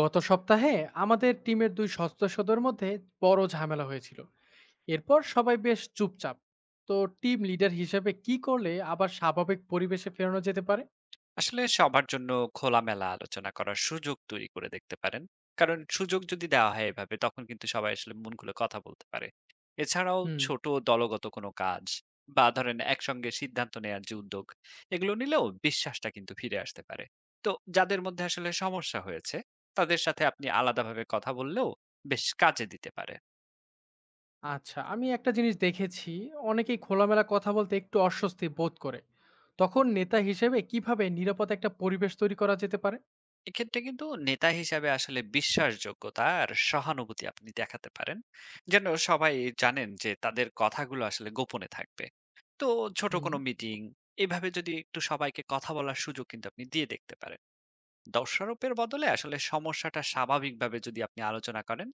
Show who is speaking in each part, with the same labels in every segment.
Speaker 1: গত সপ্তাহে আমাদের টিমের দুই সদস্যদের মধ্যে বড় ঝামেলা হয়েছিল। এরপর সবাই বেশ চুপচাপ। তো টিম লিডার হিসেবে কি করলে আবার স্বাভাবিক পরিবেশে ফেরানো যেতে পারে?
Speaker 2: আসলে সবার জন্য খোলামেলা আলোচনা করার সুযোগ তৈরি করে দেখতে পারেন। কারণ সুযোগ যদি দেওয়া হয় এভাবে, তখন কিন্তু সবাই আসলে মন খুলে কথা বলতে পারে। এছাড়াও
Speaker 1: হুম
Speaker 2: ছোট দলগত কোনো কাজ বা ধরেন একসঙ্গে সিদ্ধান্ত নেয়ার যে উদ্যোগ, এগুলো নিলেও বিশ্বাসটা কিন্তু ফিরে আসতে পারে। তো যাদের মধ্যে আসলে সমস্যা হয়েছে, তাদের সাথে আপনি আলাদাভাবে কথা বললেও বেশ কাজে দিতে পারে।
Speaker 1: আচ্ছা, আমি একটা জিনিস দেখেছি, অনেকেই খোলামেলা কথা বলতে একটু অস্বস্তি বোধ করে। তখন নেতা হিসেবে কিভাবে নিরাপদ একটা পরিবেশ তৈরি করা যেতে পারে?
Speaker 2: এক্ষেত্রে কিন্তু নেতা হিসাবে আসলে বিশ্বাসযোগ্যতা আর সহানুভূতি আপনি দেখাতে পারেন, যেন সবাই জানেন যে তাদের কথাগুলো আসলে গোপনে থাকবে। তো ছোট
Speaker 1: হুম।
Speaker 2: কোনো মিটিং, এভাবে যদি একটু সবাইকে কথা বলার সুযোগ কিন্তু আপনি দিয়ে দেখতে পারেন। দোষারোপের বদলে আসলে সমস্যাটা স্বাভাবিকভাবে যদি আপনি আলোচনা করেন,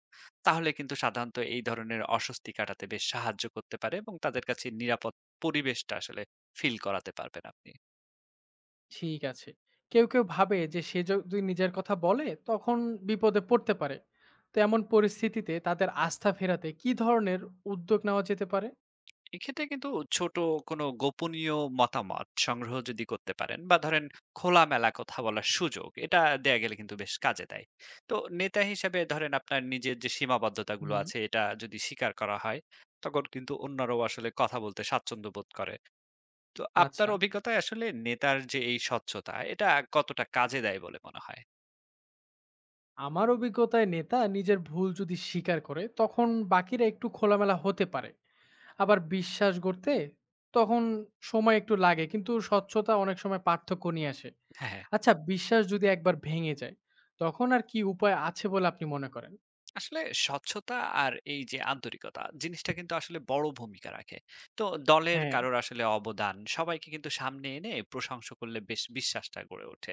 Speaker 2: তাহলে কিন্তু সাধারণত এই ধরনের অস্বস্তি কাটাতে বেশ সাহায্য করতে পারে এবং তাদের কাছে নিরাপদ পরিবেশটা আসলে ফিল করাতে পারবেন আপনি।
Speaker 1: ঠিক আছে। কেউ ভাবে যে সে যদি নিজের কথা বলে তখন বিপদে পড়তে পারে। তো এমন পরিস্থিতিতে তাদের আস্থা ফেরাতে কি ধরনের উদ্যোগ নেওয়া যেতে পারে?
Speaker 2: এক্ষেত্রে কিন্তু ছোট কোনো গোপনীয় মতামত সংগ্রহ যদি করতে পারেন বা ধরেন খোলামেলা কথা বলার সুযোগ এটা দেয়া গেলে কিন্তু বেশ কাজে দেয়। তো নেতা হিসেবে ধরেন আপনার নিজের যে সীমাবদ্ধতাগুলো
Speaker 1: হুম।
Speaker 2: আছে, এটা যদি স্বীকার করা হয়, তখন কিন্তু অন্যরাও আসলে কথা বলতে স্বাচ্ছন্দ্য বোধ করে। তো আপনার
Speaker 1: আচ্ছা।
Speaker 2: অভিজ্ঞতায় আসলে নেতার যে এই স্বচ্ছতা, এটা কতটা কাজে দেয় বলে মনে হয়?
Speaker 1: আমার অভিজ্ঞতায় নেতা নিজের ভুল যদি স্বীকার করে তখন বাকিরা একটু খোলামেলা হতে পারে। আবার বিশ্বাস গড়তে তখন সময় একটু লাগে, কিন্তু স্বচ্ছতা অনেক সময় পার্থক্য নিয়ে আসে।
Speaker 2: হ্যাঁ, হ্যাঁ।
Speaker 1: আচ্ছা, বিশ্বাস যদি একবার ভেঙে যায় তখন আর কি উপায় আছে বলে আপনি মনে করেন?
Speaker 2: আসলে স্বচ্ছতা আর এই যে আন্তরিকতা জিনিসটা কিন্তু আসলে বড় ভূমিকা রাখে। তো দলের
Speaker 1: হ্যাঁ,
Speaker 2: কারোর আসলে অবদান সবাইকে কিন্তু সামনে এনে প্রশংসা করলে বেশ বিশ্বাসটা গড়ে ওঠে।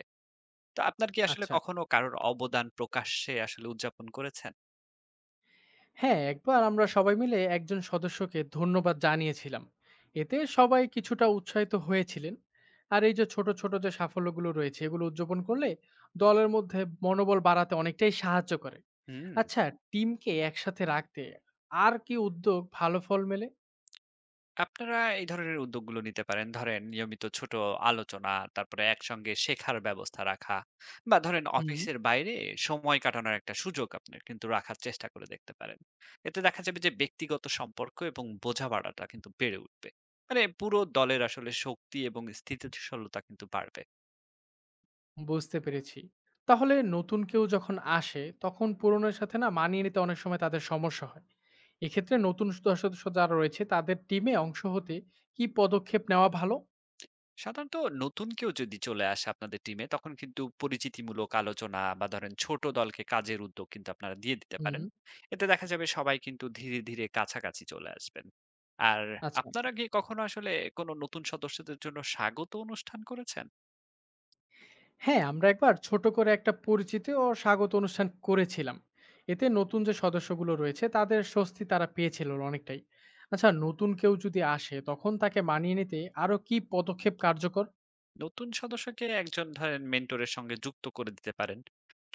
Speaker 2: তো আপনার কি আসলে
Speaker 1: আচ্ছা।
Speaker 2: কখনো কারোর অবদান প্রকাশ্যে আসলে উদযাপন করেছেন?
Speaker 1: হ্যাঁ, একবার আমরা সবাই মিলে একজন সদস্যকে ধন্যবাদ জানিয়েছিলাম। এতে সবাই কিছুটা উৎসাহিত হয়েছিলেন। আর এই যে ছোট, ছোট যে সাফল্যগুলো রয়েছে এগুলো উদযাপন করলে দলের মধ্যে মনোবল বাড়াতে অনেকটাই সাহায্য করে।
Speaker 2: হুম।
Speaker 1: আচ্ছা, টিমকে একসাথে রাখতে আর কি উদ্যোগ ভালো ফল মেলে?
Speaker 2: আপনারা এই ধরনের উদ্যোগগুলো নিতে পারেন। ধরেন নিয়মিত ছোট আলোচনা, তারপরে একসঙ্গে শেখার ব্যবস্থা রাখা, বা ধরেন
Speaker 1: হুম।
Speaker 2: অফিসের বাইরে সময় কাটানোর একটা সুযোগ আপনার কিন্তু রাখার চেষ্টা করে দেখতে পারেন। এতে দেখা যাবে যে ব্যক্তিগত সম্পর্ক এবং বোঝাপড়াটা কিন্তু বেড়ে উঠবে। মানে পুরো দলের আসলে শক্তি এবং স্থিতিশীলতা কিন্তু বাড়বে।
Speaker 1: বুঝতে পেরেছি। তাহলে নতুন কেউ যখন আসে তখন পুরনোর সাথে না মানিয়ে নিতে অনেক সময় তাদের সমস্যা হয়। এক্ষেত্রে নতুন সদস্য যারা রয়েছে তাদের টিমে অংশ হতে কি পদক্ষেপ নেওয়া ভালো?
Speaker 2: সাধারণত নতুন কেউ যদি চলে আসে আপনাদের টিমে, তখন কিন্তু পরিচিতিমূলক আলোচনা বা ধরেন ছোট দলকে কাজের উদ্যোগ কিন্তু আপনারা দিয়ে দিতে পারেন।
Speaker 1: হুম,
Speaker 2: এতে দেখা যাবে সবাই কিন্তু ধীরে ধীরে কাছাকাছি চলে আসবেন। আর
Speaker 1: আচ্ছা।
Speaker 2: আপনারা কি কখনো আসলে কোনো নতুন সদস্যদের জন্য স্বাগত অনুষ্ঠান করেছেন?
Speaker 1: হ্যাঁ, আমরা একবার ছোট করে একটা পরিচিতি ও স্বাগত অনুষ্ঠান করেছিলাম। এতে নতুন যে সদস্যগুলো রয়েছে তাদের স্বস্তি তারা পেয়েছিল অনেকটাই। আচ্ছা, নতুন কেউ যদি আসে তখন তাকে মানিয়ে নিতে আরো কি পদক্ষেপ কার্যকর?
Speaker 2: নতুন সদস্যকে একজন ধরেন মেন্টরের সঙ্গে যুক্ত করে দিতে পারেন,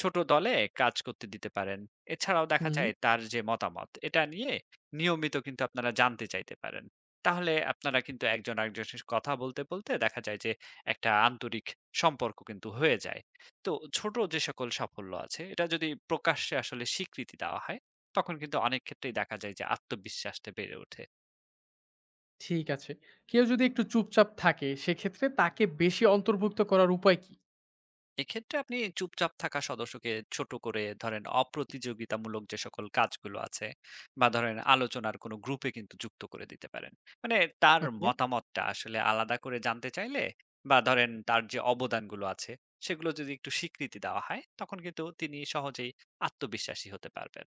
Speaker 2: ছোট দলে কাজ করতে দিতে পারেন। এছাড়াও দেখা
Speaker 1: হুম,
Speaker 2: যায় তার যে মতামত, এটা নিয়ে নিয়মিত কিন্তু আপনারা জানতে চাইতে পারেন। তাহলে আপনারা কিন্তু একজন আরেকজনের সাথে কথা বলতে বলতে দেখা যায় যে একটা আন্তরিক সম্পর্ক কিন্তু হয়ে যায়। তো ছোট যে সকল সাফল্য আছে, এটা যদি প্রকাশ্যে আসলে স্বীকৃতি দেওয়া হয়, তখন কিন্তু অনেক ক্ষেত্রেই দেখা যায় যে আত্মবিশ্বাসটা বেড়ে ওঠে।
Speaker 1: ঠিক আছে। কেউ যদি একটু চুপচাপ থাকে সেক্ষেত্রে তাকে বেশি অন্তর্ভুক্ত করার উপায় কি?
Speaker 2: এক্ষেত্রে আপনি চুপচাপ থাকা সদস্যকে ছোট করে ধরেন অপ্রতিযোগিতামূলক যে সকল কাজগুলো আছে বা ধরেন আলোচনার কোনো গ্রুপে কিন্তু যুক্ত করে দিতে পারেন। মানে তার
Speaker 1: ওকে।
Speaker 2: মতামতটা আসলে আলাদা করে জানতে চাইলে বা ধরেন তার যে অবদানগুলো আছে সেগুলো যদি একটু স্বীকৃতি দেওয়া হয়, তখন কিন্তু তিনি সহজেই আত্মবিশ্বাসী হতে পারবেন।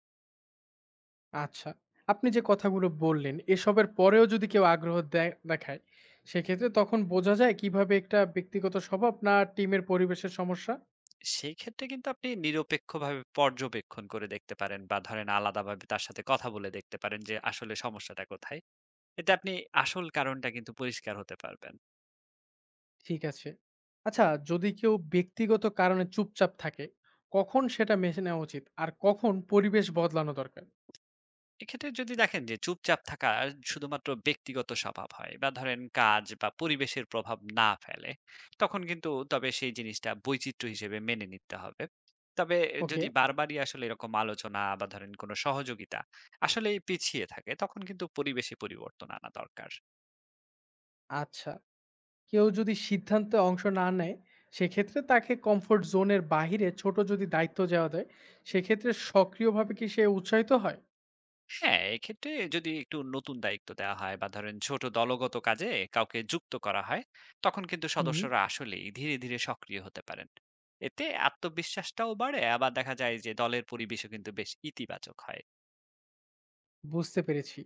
Speaker 1: আচ্ছা। আপনি যে কথাগুলো বললেন, এসবের পরেও যদি কেউ আগ্রহ দেয় দেখায়, সেক্ষেত্রে তখন বোঝা যায় কিভাবে একটা ব্যক্তিগত স্বভাব না টিমের পরিবেশের সমস্যা?
Speaker 2: সেই ক্ষেত্রে কিন্তু আপনি নিরপেক্ষভাবে পর্যবেক্ষণ করে দেখতে পারেন বা ধরেন আলাদাভাবে তার সাথে কথা বলে দেখতে পারেন যে আসলে সমস্যাটা কোথায়। এতে আপনি আসল কারণটা কিন্তু পরিষ্কার হতে পারবেন।
Speaker 1: ঠিক আছে। আচ্ছা, যদি কেউ ব্যক্তিগত কারণে চুপচাপ থাকে, কখন সেটা মেনে নেওয়া উচিত? আর কখন পরিবেশ বদলানো দরকার?
Speaker 2: এক্ষেত্রে যদি দেখেন যে চুপচাপ থাকা শুধুমাত্র ব্যক্তিগত স্বভাব হয় বা ধরেন কাজ বা পরিবেশের প্রভাব না ফেলে, তখন কিন্তু তবে সেই জিনিসটা বৈচিত্র্য হিসেবে মেনে নিতে হবে। তবে
Speaker 1: ওকে,
Speaker 2: যদি বারবারই আসলে এরকম আলোচনা বা ধরেন কোনো সহযোগিতা আসলে পিছিয়ে থাকে, তখন কিন্তু পরিবেশে পরিবর্তন আনা দরকার।
Speaker 1: আচ্ছা। কেউ যদি সিদ্ধান্তে অংশ না নেয়, সেক্ষেত্রে তাকে কমফোর্ট জোনের বাহিরে ছোট যদি দায়িত্ব দেওয়া যায়, সেক্ষেত্রে সক্রিয়ভাবে কি সে উৎসাহিত হয়?
Speaker 2: হ্যাঁ, এক্ষেত্রে যদি একটু নতুন দায়িত্ব দেওয়া হয় বা ধরেন ছোট দলগত কাজে কাউকে যুক্ত করা হয়, তখন কিন্তু
Speaker 1: হুম,
Speaker 2: সদস্যরা আসলেই ধীরে, ধীরে সক্রিয় হতে পারেন। এতে আত্মবিশ্বাসটাও বাড়ে, আবার দেখা যায় যে দলের পরিবেশও কিন্তু বেশ ইতিবাচক হয়।
Speaker 1: বুঝতে পেরেছি।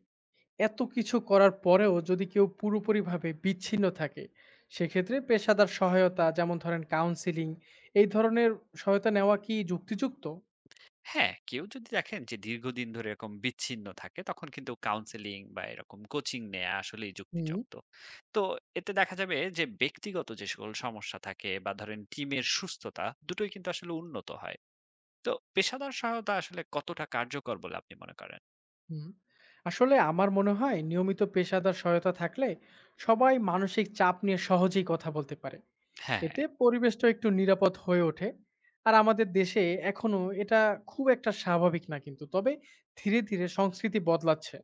Speaker 1: এত কিছু করার পরেও যদি কেউ পুরোপুরিভাবে বিচ্ছিন্ন থাকে, সেক্ষেত্রে পেশাদার সহায়তা যেমন ধরেন কাউন্সেলিং এই ধরনের সহায়তা নেওয়া কি যুক্তিযুক্ত?
Speaker 2: হ্যাঁ, কেউ যদি দেখেন যে দীর্ঘদিন ধরে এরকম বিচ্ছিন্ন থাকে, তখন কিন্তু কাউন্সেলিং বা এরকম কোচিং নেয়া আসলেই
Speaker 1: হুম
Speaker 2: যুক্তিযুক্ত। তো এতে দেখা যাবে যে ব্যক্তিগত যে সকল সমস্যা থাকে বা ধরেন টিমের সুস্থতা, দুটোই কিন্তু আসলে উন্নত হয়। তো পেশাদার সহায়তা আসলে কতটা কার্যকর বলে আপনি মনে করেন?
Speaker 1: হুম। আসলে আমার মনে হয় নিয়মিত পেশাদার সহায়তা থাকলে সবাই মানসিক চাপ নিয়ে সহজেই কথা বলতে পারে।
Speaker 2: হ্যাঁ,
Speaker 1: এতে পরিবেশটা একটু নিরাপদ হয়ে ওঠে। আর আমাদের দেশে এখনো এটা খুব একটা স্বাভাবিক না কিন্তু। তবে ধীরে, ধীরে সংস্কৃতি বদলাচ্ছে।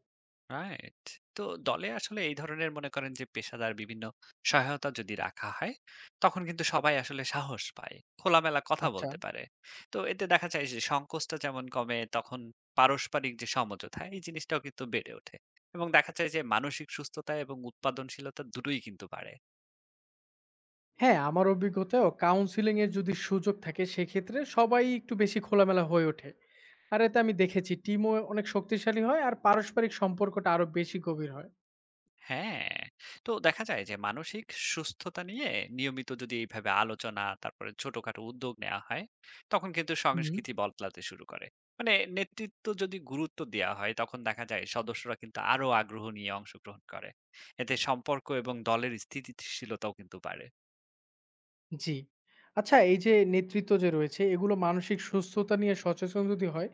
Speaker 2: রাইট। তো দলে আসলে এই ধরনের মনে করেন যে পেশাদার বিভিন্ন সহায়তা যদি রাখা হয়, তখন কিন্তু সবাই আসলে সাহস পায়। খোলামেলা কথা
Speaker 1: আচ্ছা।
Speaker 2: বলতে পারে। তো এতে দেখা যায় যে সংকোচটা যেমন কমে, তখন পারস্পরিক যে সমঝোতা, এই জিনিসটাও কিন্তু বেড়ে ওঠে। এবং দেখা যায় যে মানসিক সুস্থতা এবং উৎপাদনশীলতা দুটোই কিন্তু বাড়ে।
Speaker 1: হ্যাঁ, আমার অভিজ্ঞতায়ও কাউন্সেলিং এর যদি সুযোগ থাকে সেক্ষেত্রে সবাই একটু বেশি খোলামেলা হয়ে ওঠে। আর এতে আমি দেখেছি টিমও অনেক শক্তিশালী হয় আর পারস্পরিক সম্পর্কটা আরো বেশি গভীর হয়।
Speaker 2: হ্যাঁ, তো দেখা যায় যে মানসিক সুস্থতা নিয়ে নিয়মিত যদি এইভাবে আলোচনা তারপরে ছোটখাটো উদ্যোগ নেওয়া হয়, তখন কিন্তু
Speaker 1: হুম।
Speaker 2: সংস্কৃতি বদলাতে শুরু করে। মানে নেতৃত্ব যদি গুরুত্ব দেওয়া হয়, তখন দেখা যায় সদস্যরা কিন্তু আরো আগ্রহ নিয়ে অংশগ্রহণ করে। এতে সম্পর্ক এবং দলের স্থিতিশীলতাও কিন্তু বাড়ে।
Speaker 1: জি। আচ্ছা, এই যে নেতৃত্ব যে রয়েছে এগুলো মানসিক সুস্থতা নিয়ে সচেতন যদি হয়,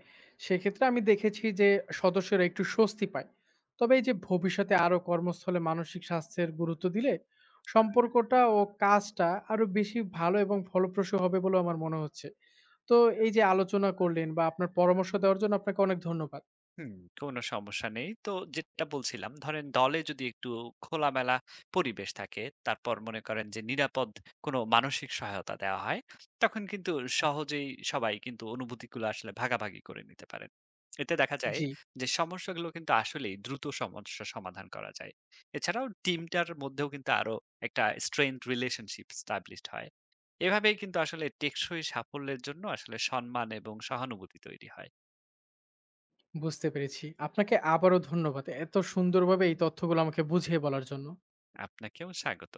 Speaker 1: সেক্ষেত্রে আমি দেখেছি যে সদস্যরা একটু স্বস্তি পায়। তবে এই যে ভবিষ্যতে আরো কর্মস্থলে মানসিক স্বাস্থ্যের গুরুত্ব দিলে সম্পর্কটা ও কাজটা আরো বেশি ভালো এবং ফলপ্রসূ হবে বলে আমার মনে হচ্ছে। তো এই যে আলোচনা করলেন বা আপনার পরামর্শ দেওয়ার জন্য আপনাকে অনেক ধন্যবাদ।
Speaker 2: হুম, কোনো সমস্যা নেই। তো যেটা বলছিলাম, ধরেন দলে যদি একটু খোলামেলা পরিবেশ থাকে, তারপর মনে করেন যে নিরাপদ কোনো মানসিক সহায়তা দেওয়া হয়, তখন কিন্তু
Speaker 1: হ্যাঁ।
Speaker 2: সহজেই সবাই কিন্তু অনুভূতিগুলো আসলে ভাগাভাগি করে নিতে পারেন। এতে দেখা যায়
Speaker 1: জি,
Speaker 2: যে সমস্যাগুলো কিন্তু আসলেই দ্রুত সমস্যা সমাধান করা যায়। এছাড়াও টিমটার মধ্যেও কিন্তু আরো একটা স্ট্রেংথ রিলেশনশিপ established হয়। এভাবেই কিন্তু আসলে টেকসই সাফল্যের জন্য আসলে সম্মান এবং সহানুভূতি তৈরি হয়।
Speaker 1: বুঝতে পেরেছি। আপনাকে আবারও ধন্যবাদ, এত সুন্দরভাবে এই তথ্যগুলো আমাকে বুঝিয়ে বলার জন্য।
Speaker 2: আপনাকেও স্বাগত।